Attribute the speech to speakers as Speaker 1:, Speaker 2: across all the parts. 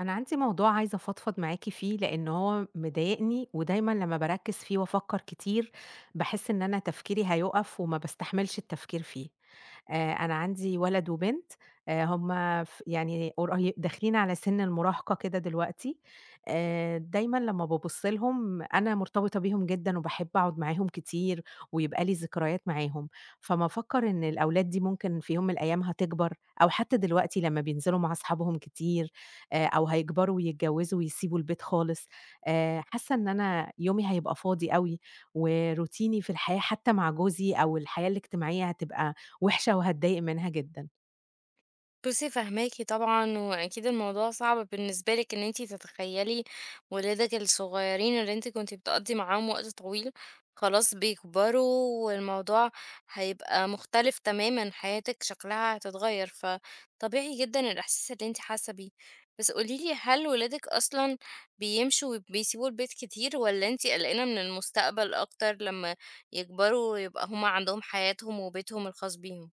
Speaker 1: أنا عندي موضوع عايزة أفضفض معاكِ فيه، لإن هو مضايقني، ودايمًا لمّا باركّز فيه وأفكّر كتير، باحس إن أنا تفكيري هيُقف وما باستحملش التفكير فيه. أنا عندي ولد وبنت، هُم ف يعني قري داخلين على سِن المراهقة كده دلوقتي. دايمًا لمّا بابُص لهم أنا مرتبطة بيهم جدًا وباحب أقعد معاهم كتير، ويبقى لي ذكريات معاهم. فأمّا أفكّر إن الأولاد دي ممكن في يوم من الأيام هتكبر، أو حتى دلوقتي لمّا بينزلوا مع أصحابهم كتير، أو هيكبروا ويتجوّزوا ويسيبوا البيت خالص، حاسة إن أنا يومي هيبقى فاضي أوي، وروتيني في الحياة حتى مع جوزي أو الحياة الاجتماعية هتبقى وِحشة وهاتضايق منها جدًا.
Speaker 2: بُصّي، فاهماكِ طبعًا، وأكيد الموضوع صعب بالنسبة لِك إن أنتِ تتخيّلي ولادِك الصغيّرين اللي أنتِ كنتِ بتقضّي معاهم وقت طويل، خلاص بيكبروا والموضوع هيبقى مختلف تمامًا، حياتِك شكلها هتتغيّر، فطبيعي جدًا الإحساس اللي أنتِ حاسة بيه. بس قولي لي، هل ولادِك أصلًا بيمشوا وبيسيبوا البيت كتير والّا أنتِ قلقانة من المستقبل أكتر لمّا يكبروا ويبقى هم عندهم حياتهم وبيتهم الخاص بيهم؟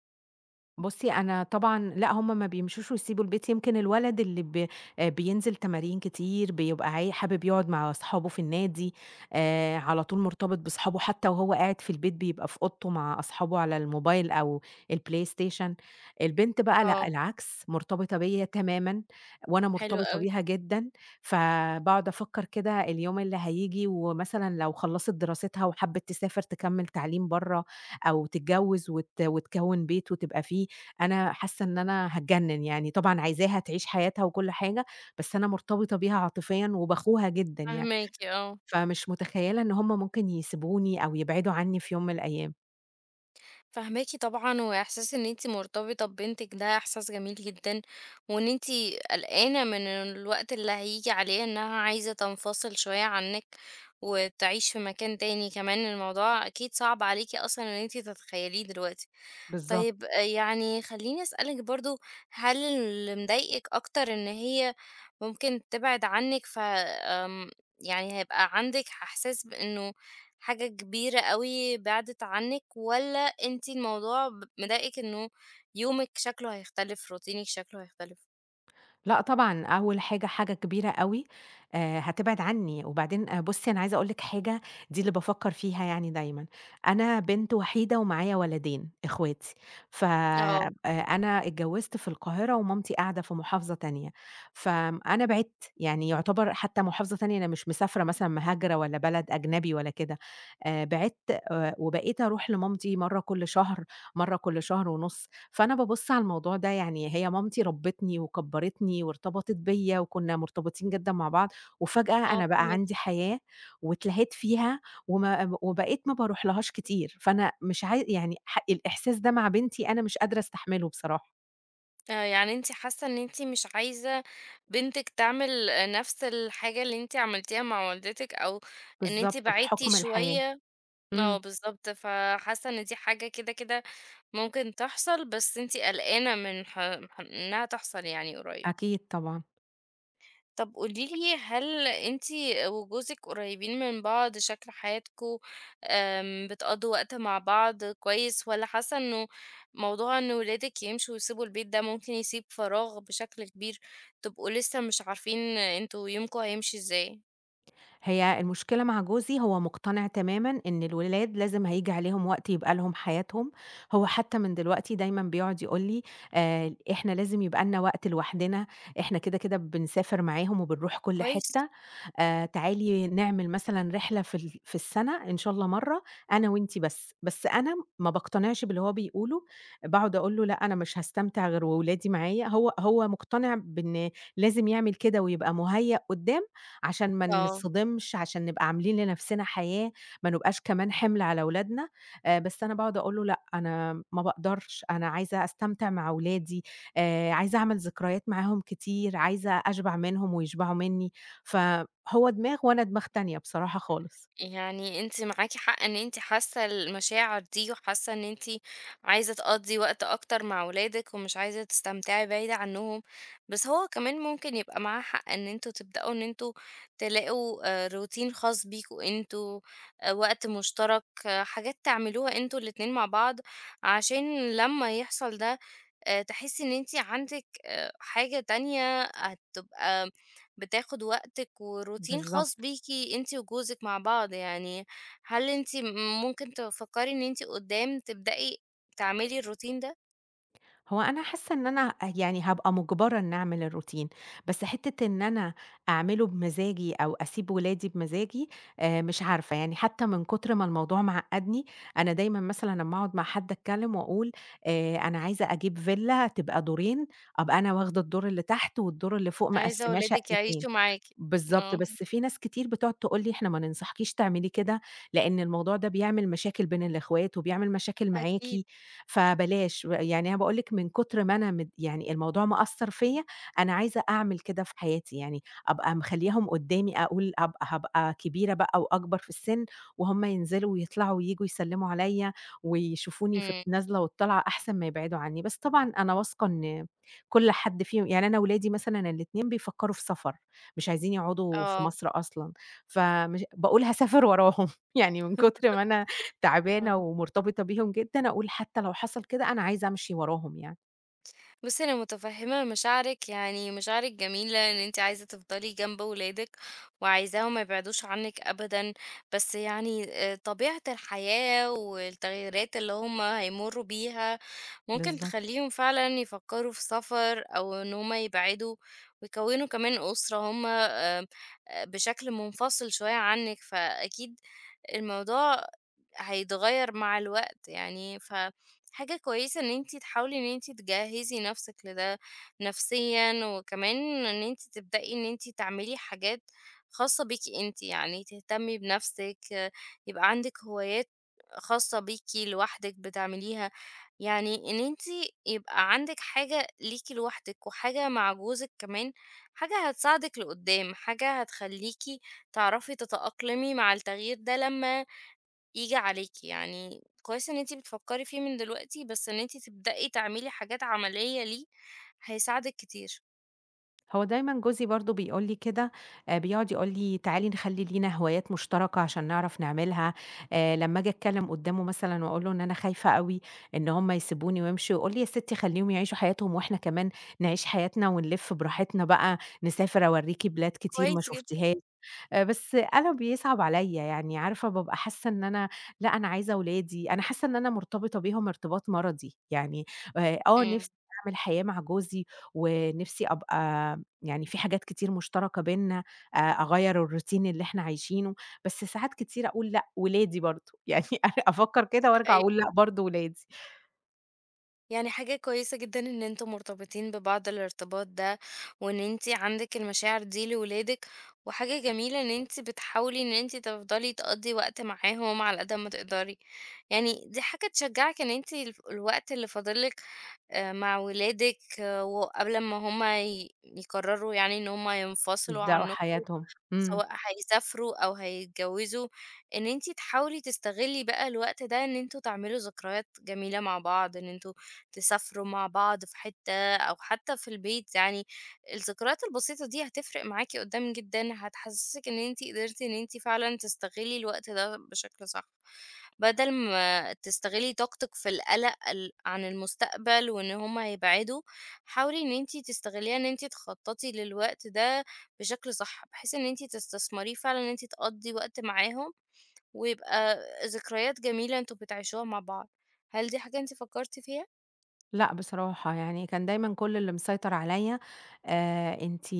Speaker 1: بُصّي، أنا طبعًا لأ، هم ما بيمشوش ويسيبوا البيت، يمكن الولد اللي ب بينزل تمارين كتير، بيبقى عاي حابب يقعد مع أصحابه في النادي، على طول مرتبط بأصحابه، حتى وهو قاعد في البيت بيبقى في أوضته مع أصحابه على الموبايل أو الPlayStation. البنت بقى لأ،
Speaker 2: آه.
Speaker 1: العكس، مرتبطة بيّا تمامًا، وأنا
Speaker 2: حلو
Speaker 1: مرتبطة
Speaker 2: أوي.
Speaker 1: بيها جدًا، فباقعد أفكّر كده اليوم اللي هييجي، ومثلًا لو خلّصت دراستها وحبِّت تسافر تكمّل تعليم برّه أو تتجوّز وتكوّن بيت وتبقى فيه، أنا حاسة إن أنا هاتجنن يعني، طبعًا عايزاها تعيش حياتها وكل حاجة، بس أنا مرتبطة بيها عاطفيًا وباخوها جدًا يعني،
Speaker 2: فاهماكِ آه.
Speaker 1: فمش متخيلة إن هُم ممكن يسيبوني أو يبعدوا عني في يوم من الأيام.
Speaker 2: فاهماكِ طبعًا، وإحساس إن أنتِ مرتبطة ببنتِك ده إحساس جميل جدًا، وإن أنتِ قلقانة من الوقت اللي هييجي عليه إنها عايزة تنفصل شوية عنِك، وتعيش في مكان تاني، كمان الموضوع أكيد صعب عليكِ أصلًا إن أنتِ تتخيليه دلوقتي.
Speaker 1: بالضبط.
Speaker 2: طيب يعني خلّيني أسألِك برضه، هل اللي مضايقِك أكتر إن هي ممكن تبعد عنِّك ف آمم يعني هيبقى عندِك إحساس بإنه حاجة كبيرة أوي بعدِت عنِّك، والّا أنتِ الموضوع مضايقِك إنه يومِك شكله هيختلف، روتينِك شكله هيختلف؟
Speaker 1: لأ طبعًا، أول حاجة، حاجة كبيرة أوي هتبعد عني، وبعدين بُصّي أنا عايزة أقول لِك حاجة، دي اللي بافكّر فيها يعني دايمًا، أنا بنت وحيدة ومعايا ولدين إخواتي، ف
Speaker 2: آه.
Speaker 1: أنا اتجوّزت في القاهرة ومامتي قاعدة في محافظة تانية، فأنا بعِدت، يعني يُعتبر حتى محافظة تانية أنا مش مسافرة مثلًا مهاجرة ولا بلد أجنبي ولا كده، بعِدت وبقيت أروح لمامتي مرّة كل شهر، مرّة كل شهر ونُص، فأنا بابُص على الموضوع ده يعني هي مامتي ربِّتني وكبّرتني وارتبطت بيّا وكُنّا مرتبطين جدًا مع بعض، وفجأة
Speaker 2: آه،
Speaker 1: أنا بقى
Speaker 2: فاهماكِ.
Speaker 1: عندي حياة واتلهيت فيها وما وبقيت ما باروحلهاش كتير، فأنا مش عاي يعني ح الإحساس ده مع بنتي أنا مش قادرة أستحمله بصراحة.
Speaker 2: يعني أنتِ حاسة إن أنتِ مش عايزة بنتِك تعمل آه، نفس الحاجة اللي أنتِ عملتيها مع والدتِك، أو إن أنتِ
Speaker 1: بالضبط،
Speaker 2: بعدتِ
Speaker 1: بحُكم الحياة.
Speaker 2: شوية. آه،
Speaker 1: إمم،
Speaker 2: بالضبط، فحاسة إن دي حاجة كده، كده ممكن تحصل، بس أنتِ قلقانة من ح ح إنها تحصل يعني قريب.
Speaker 1: أكيد طبعًا.
Speaker 2: طب قولي لي، هل أنتِ وجوزِك قريبين من بعض، شكل حياتكم بتقضّوا وقت مع بعض كويس، والّا حاسة إنه موضوع إن ولادِك يمشوا ويسيبوا البيت ده ممكن يسيب فراغ بشكل كبير، تبقوا لسه مش عارفين أنتم يومكم هيمشي إزاي؟
Speaker 1: هي المشكلة مع جوزي هو مقتنع تمامًا إن الولاد لازم هييجي عليهم وقت يبقى لهم حياتهم، هو حتى من دلوقتي دايمًا بيقعد يقول لي: إحنا لازم يبقى لنا وقت لوحدنا، إحنا كده كده بنسافر معاهم وبنروح كل
Speaker 2: كويس.
Speaker 1: حتة، تعالي نعمل مثلًا رحلة في السنة إن شاء الله مرّة أنا وأنتِ بس." بس أنا ما باقتنعش باللي هو بيقوله، باقعد أقول له: "لأ، أنا مش هاستمتع غير وولادي معايا." هو مقتنع بإن لازم يعمل كده ويبقى مُهيأ قدّام عشان ما
Speaker 2: آه.
Speaker 1: نتصدمش، عشان نبقى عاملين لنفسنا حياة، ما نبقاش كمان حِمل على ولادنا، بس أنا باقعد أقول له لأ، أنا ما باقدرش، أنا عايزة أستمتع مع ولادي، عايزة أعمل ذكريات معاهم كتير، عايزة أشبع منهم ويشبعوا منّي، فهو دماغ وأنا دماغ تانية بصراحة خالص.
Speaker 2: يعني أنتِ معاكِ حق إن أنتِ حاسة المشاعر دي، وحاسة إن أنتِ عايزة تقضّي وقت أكتر مع ولادِك، ومش عايزة تستمتعي بعيد عنهم، بس هو كمان ممكن يبقى معاه حق إن أنتم تبدأوا إن أنتم تلاقوا روتين خاص بيكم أنتم، وقت مشترك، آه، حاجات تعملوها أنتم الاتنين مع بعض، عشان لمّا يحصل ده تحسي إن أنتِ عندِك حاجة تانية هتبقى بتاخد وقتِك وروتين خاص
Speaker 1: بالضبط.
Speaker 2: بيكِ أنتِ وجوزِك مع بعض، يعني هل أنتِ ممكن تفكّري إن أنتِ قدّام تبدئي تعملي الروتين ده؟
Speaker 1: هو أنا حاسة إن أنا يعني هابقى مُجبرة إني أعمل الروتين، بس حتّة إن أنا أعمله بمزاجي أو أسيب ولادي بمزاجي مش عارفة، يعني حتّى من كتر ما الموضوع معقّدني، أنا دايمًا مثلًا لمّا أقعد مع حد أتكلّم وأقول أنا عايزة أجيب فيلّا تبقى دورين، أبقى أنا واخدة الدور اللي تحت والدور اللي فوق
Speaker 2: عايزة
Speaker 1: مقسّماه
Speaker 2: ولادِك
Speaker 1: شقّتين.
Speaker 2: يعيشوا معاكِ.
Speaker 1: بالضبط،
Speaker 2: آه.
Speaker 1: بس في ناس كتير بتقعد تقول لي: "إحنا ما ننصحكيش تعملي كده، لإن الموضوع ده بيعمل مشاكل بين الإخوات، وبيعمل مشاكل معاكِ،
Speaker 2: أكيد.
Speaker 1: فبلاش." يعني أنا باقول لِك من كتر ما أنا مد يعني الموضوع مأثّر فيّا، أنا عايزة أعمل كده في حياتي، يعني أبقى مخلّياهم قدّامي، أقول هابقى كبيرة بقى وأكبر في السِن، وهُم ينزلوا ويطلعوا وييجوا يسلّموا عليّا، ويشوفوني في
Speaker 2: إمم.
Speaker 1: النازلة والطالعة أحسن ما يبعدوا عنّي، بس طبعًا أنا واثقة إن كل حد فيهم يعني أنا ولادي مثلًا الاتنين بيفكّروا في سفر. مش عايزين يقعدوا في
Speaker 2: آه.
Speaker 1: مصر أصلًا، فمش باقول هاسافر وراهم، يعني من كتر ما أنا تعبانة
Speaker 2: آه.
Speaker 1: ومرتبطة بيهم جدًا، أقول حتى لو حصل كده أنا عايزة أمشي وراهم يعني،
Speaker 2: بُصّي، أنا متفهّمة مشاعرِك، يعني مشاعرِك جميلة إن أنتِ عايزة تفضلي جنب ولادِك وعايزاهم ما يبعدوش عنِّك أبدًا، بس يعني طبيعة الحياة والتغييرات اللي هم هيمرّوا بيها ممكن
Speaker 1: بالضبط.
Speaker 2: تخليهم فعلًا يفكّروا في سفر أو إن هم يبعدوا ويكوّنوا كمان أسرة هم بشكل منفصل شوية عنِّك، فأكيد الموضوع هيتغيّر مع الوقت يعني، فحاجة كويسة إن أنتِ تحاولي إن أنتِ تجهّزي نَفْسِك لده نفسيًا، وكمان إن أنتِ تبدئي إن أنتِ تعملي حاجات خاصة بيكِ أنتِ، يعني تهتمي بنَفْسِك، يبقى عندِك هوايات خاصة بيكِ لوحدِك بتعمليها، يعني إن أنتِ يبقى عندِك حاجة ليكِ لوحدِك وحاجة مع جوزِك كمان، حاجة هتساعدِك لقُدّام، حاجة هتخلّيكِ تعرفي تتأقلمي مع التغيير ده لمّا ييجي عليكِ، يعني كويس إن أنتِ بتفكّري فيه من دلوقتي، بس إن أنتِ تبدئي تعملي حاجات عملية ليه هيساعدِك كتير.
Speaker 1: هو دايمًا جوزي برضه بيقول لي كده، بيقعد يقول لي: "تعالي نخلّي لينا هوايات مشتركة عشان نعرف نعملها." لمّا آجي أتكلم قدّامه مثلًا وأقول له إن أنا خايفة أوي إن هم يسيبوني ويمشوا، يقول لي: "يا ستي خلّيهم يعيشوا حياتهم وإحنا كمان نعيش حياتنا ونلِف براحتنا بقى، نسافر أورّيكِ بلاد كتير ما
Speaker 2: كويس جدًا.
Speaker 1: شُفتيها". بس أنا بيصعب عليّا، يعني عارفة بابقى حاسة إن أنا لأ، أنا عايزة ولادي، أنا حاسة إن أنا مرتبطة بيهم ارتباط مرضي، يعني
Speaker 2: إمم.
Speaker 1: نِفْسي أعمل حياة مع جوزي، ونِفْسي أبقى يعني في حاجات كتير مشتركة بيننا، أغيّر الroutine اللي إحنا عايشينه، بس ساعات كتير أقول لأ، ولادي برضه، يعني أفكّر كده وارجع
Speaker 2: أيوه.
Speaker 1: أقول لأ، برضه ولادي
Speaker 2: يعني حاجة كويسة جدًا إن أنتم مرتبطين ببعض الارتباط ده، وإن أنتِ عندِك المشاعر دي لولادِك، وحاجة جميلة إن أنتِ بتحاولي إن أنتِ تفضلي تقضّي وقت معاهم على قد ما تقدري، يعني دي حاجة تشجّعِك إن أنتِ الف الوقت اللي فاضل لِك مع ولادِك آه، وقبل ما هُم يقرروا يعني إن هُم ينفصلوا
Speaker 1: يبدأوا
Speaker 2: عنكم،
Speaker 1: حياتهم. إمم.
Speaker 2: سواء هيسافروا أو هيتجوزوا، إن أنتِ تحاولي تستغلي بقى الوقت ده إن أنتم تعملوا ذكريات جميلة مع بعض، إن أنتم تسافروا مع بعض في حتة أو حتى في البيت يعني، الذكريات البسيطة دي هتفرق معاكِ قدّام جدًا، هتحسسِك إن أنتِ قدرتِ إن أنتِ فعلًا تستغلي الوقت ده بشكل صح. بدل ما تستغلي طاقتِك في القلق عن المستقبل وإن هُم هيبعدوا، حاولي إن أنتِ تستغليها إن أنتِ تخططي للوقت ده بشكل صح، بحيث إن أنتِ تستثمريه فعلًا إن أنتِ تقضّي وقت معاهم، ويبقى ذكريات جميلة أنتم بتعيشوها مع بعض. هل دي حاجة أنتِ فكرتِ فيها؟
Speaker 1: لأ بصراحة، يعني كان دايمًا كل اللي مسيطر عليّا أنتِ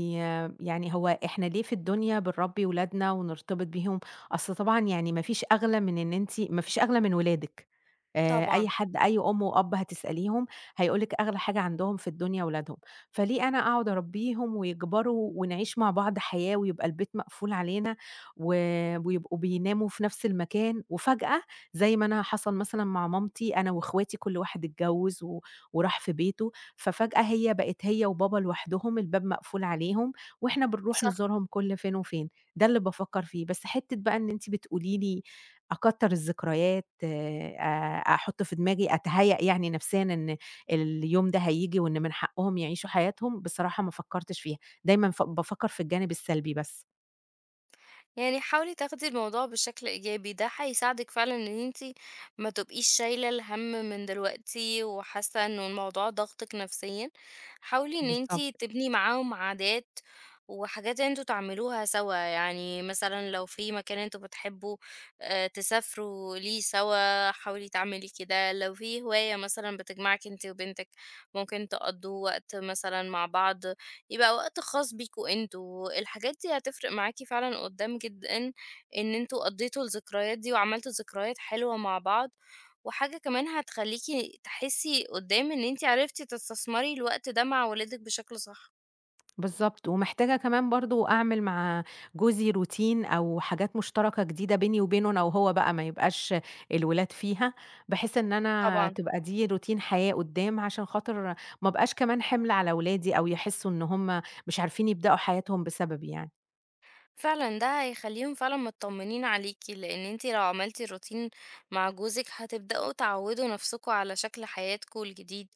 Speaker 1: يعني هو إحنا ليه في الدنيا بنربّي ولادنا ونرتبط بيهم؟ أصل طبعًا يعني ما فيش أغلى من إن أنتِ ما فيش أغلى من ولادِك،
Speaker 2: طبعًا.
Speaker 1: أي حد، أي أم وأب هتسأليهم هيقول لِك أغلى حاجة عندهم في الدنيا ولادهم، فليه أنا أقعد أربّيهم ويكبروا ونعيش مع بعض حياة ويبقى البيت مقفول علينا و ويبقوا بيناموا في نفس المكان، وفجأة زي ما أنا حصل مثلًا مع مامتي أنا واخواتي كل واحد اتجوّز و وراح في بيته، ففجأة هي بقت هي وبابا لوحدهم، الباب مقفول عليهم، وإحنا بنروح
Speaker 2: صح.
Speaker 1: نزورهم كل فين وفين، ده اللي بافكّر فيه، بس حتّة بقى إن أنتِ بتقولي لي أكتّر الذكريات أحُط في دماغي أتهيأ يعني نفسيًا إن اليوم ده هييجي وإن من حقّهم يعيشوا حياتهم، بصراحة ما فكّرتش فيها، دايمًا بافكّر في الجانب السلبي بس.
Speaker 2: يعني حاولي تاخدي الموضوع بشكل إيجابي، ده هيساعدك فعلا إن انتي ما تبقيش شايلة الهم من دلوقتي وحاسة إنه الموضوع ضغطك نفسيا، حاولي إن انتي
Speaker 1: بالضبط.
Speaker 2: تبني معاهم عادات وحاجات انتوا تعملوها سوا، يعني مثلا لو في مكان انتوا بتحبوا آه، تسافروا ليه سوا، حاولي تعملي كده، لو في هواية مثلا بتجمعك انتي وبنتك ممكن تقضوا وقت مثلا مع بعض، يبقى وقت خاص بيكم أنتم، الحاجات دي هتفرق معاكِ فعلًا قدّام جدًا، إن أنتم قضيتوا الذكريات دي وعملتوا ذكريات حلوة مع بعض، وحاجة كمان هتخلّيكِ تحسّي قدّام إن أنتِ عرفتِ تستثمري الوقت ده مع ولادِك بشكل صح.
Speaker 1: بالضبط، ومحتاجة كمان برضه أعمل مع جوزي روتين أو حاجات مشتركة جديدة بيني وبينه أنا وهو بقى، ما يبقاش الولاد فيها، بحيث إن أنا
Speaker 2: طبعًا.
Speaker 1: تبقى دي روتين حياة قدّام، عشان خاطر ما أبقاش كمان حِمل على ولادي أو يحسّوا إن هُم مش عارفين يبدأوا حياتهم بسببي يعني.
Speaker 2: فعلًا ده هيخلّيهم فعلًا متطمنين عليكِ، لإن أنتِ لو عملتِ الروتين مع جوزِك هتبدأوا تعوّدوا نفسكم على شكل حياتكم الجديد،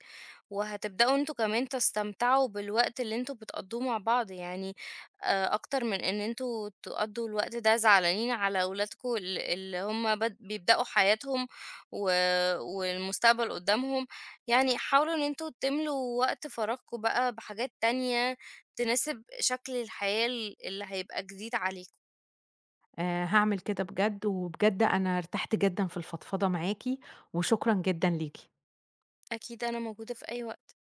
Speaker 2: وهتبدأوا أنتم كمان تستمتعوا بالوقت اللي أنتم بتقضّوه مع بعض، يعني أكتر من إن أنتم تقضّوا الوقت ده زعلانين على أولادكم اللي هم بيبدأوا حياتهم و والمستقبل قدّامهم، يعني حاولوا إن أنتم تملوا وقت فراغكم بقى بحاجات تانية تناسب شكل الحياة اللي هيبقى جديد عليكم.
Speaker 1: هاعمل كده بجد، وبجد أنا ارتحت جدًا في الفضفضة معاكِ، وشكرًا جدًا ليكِ.
Speaker 2: أكيد أنا موجودة في أي وقت.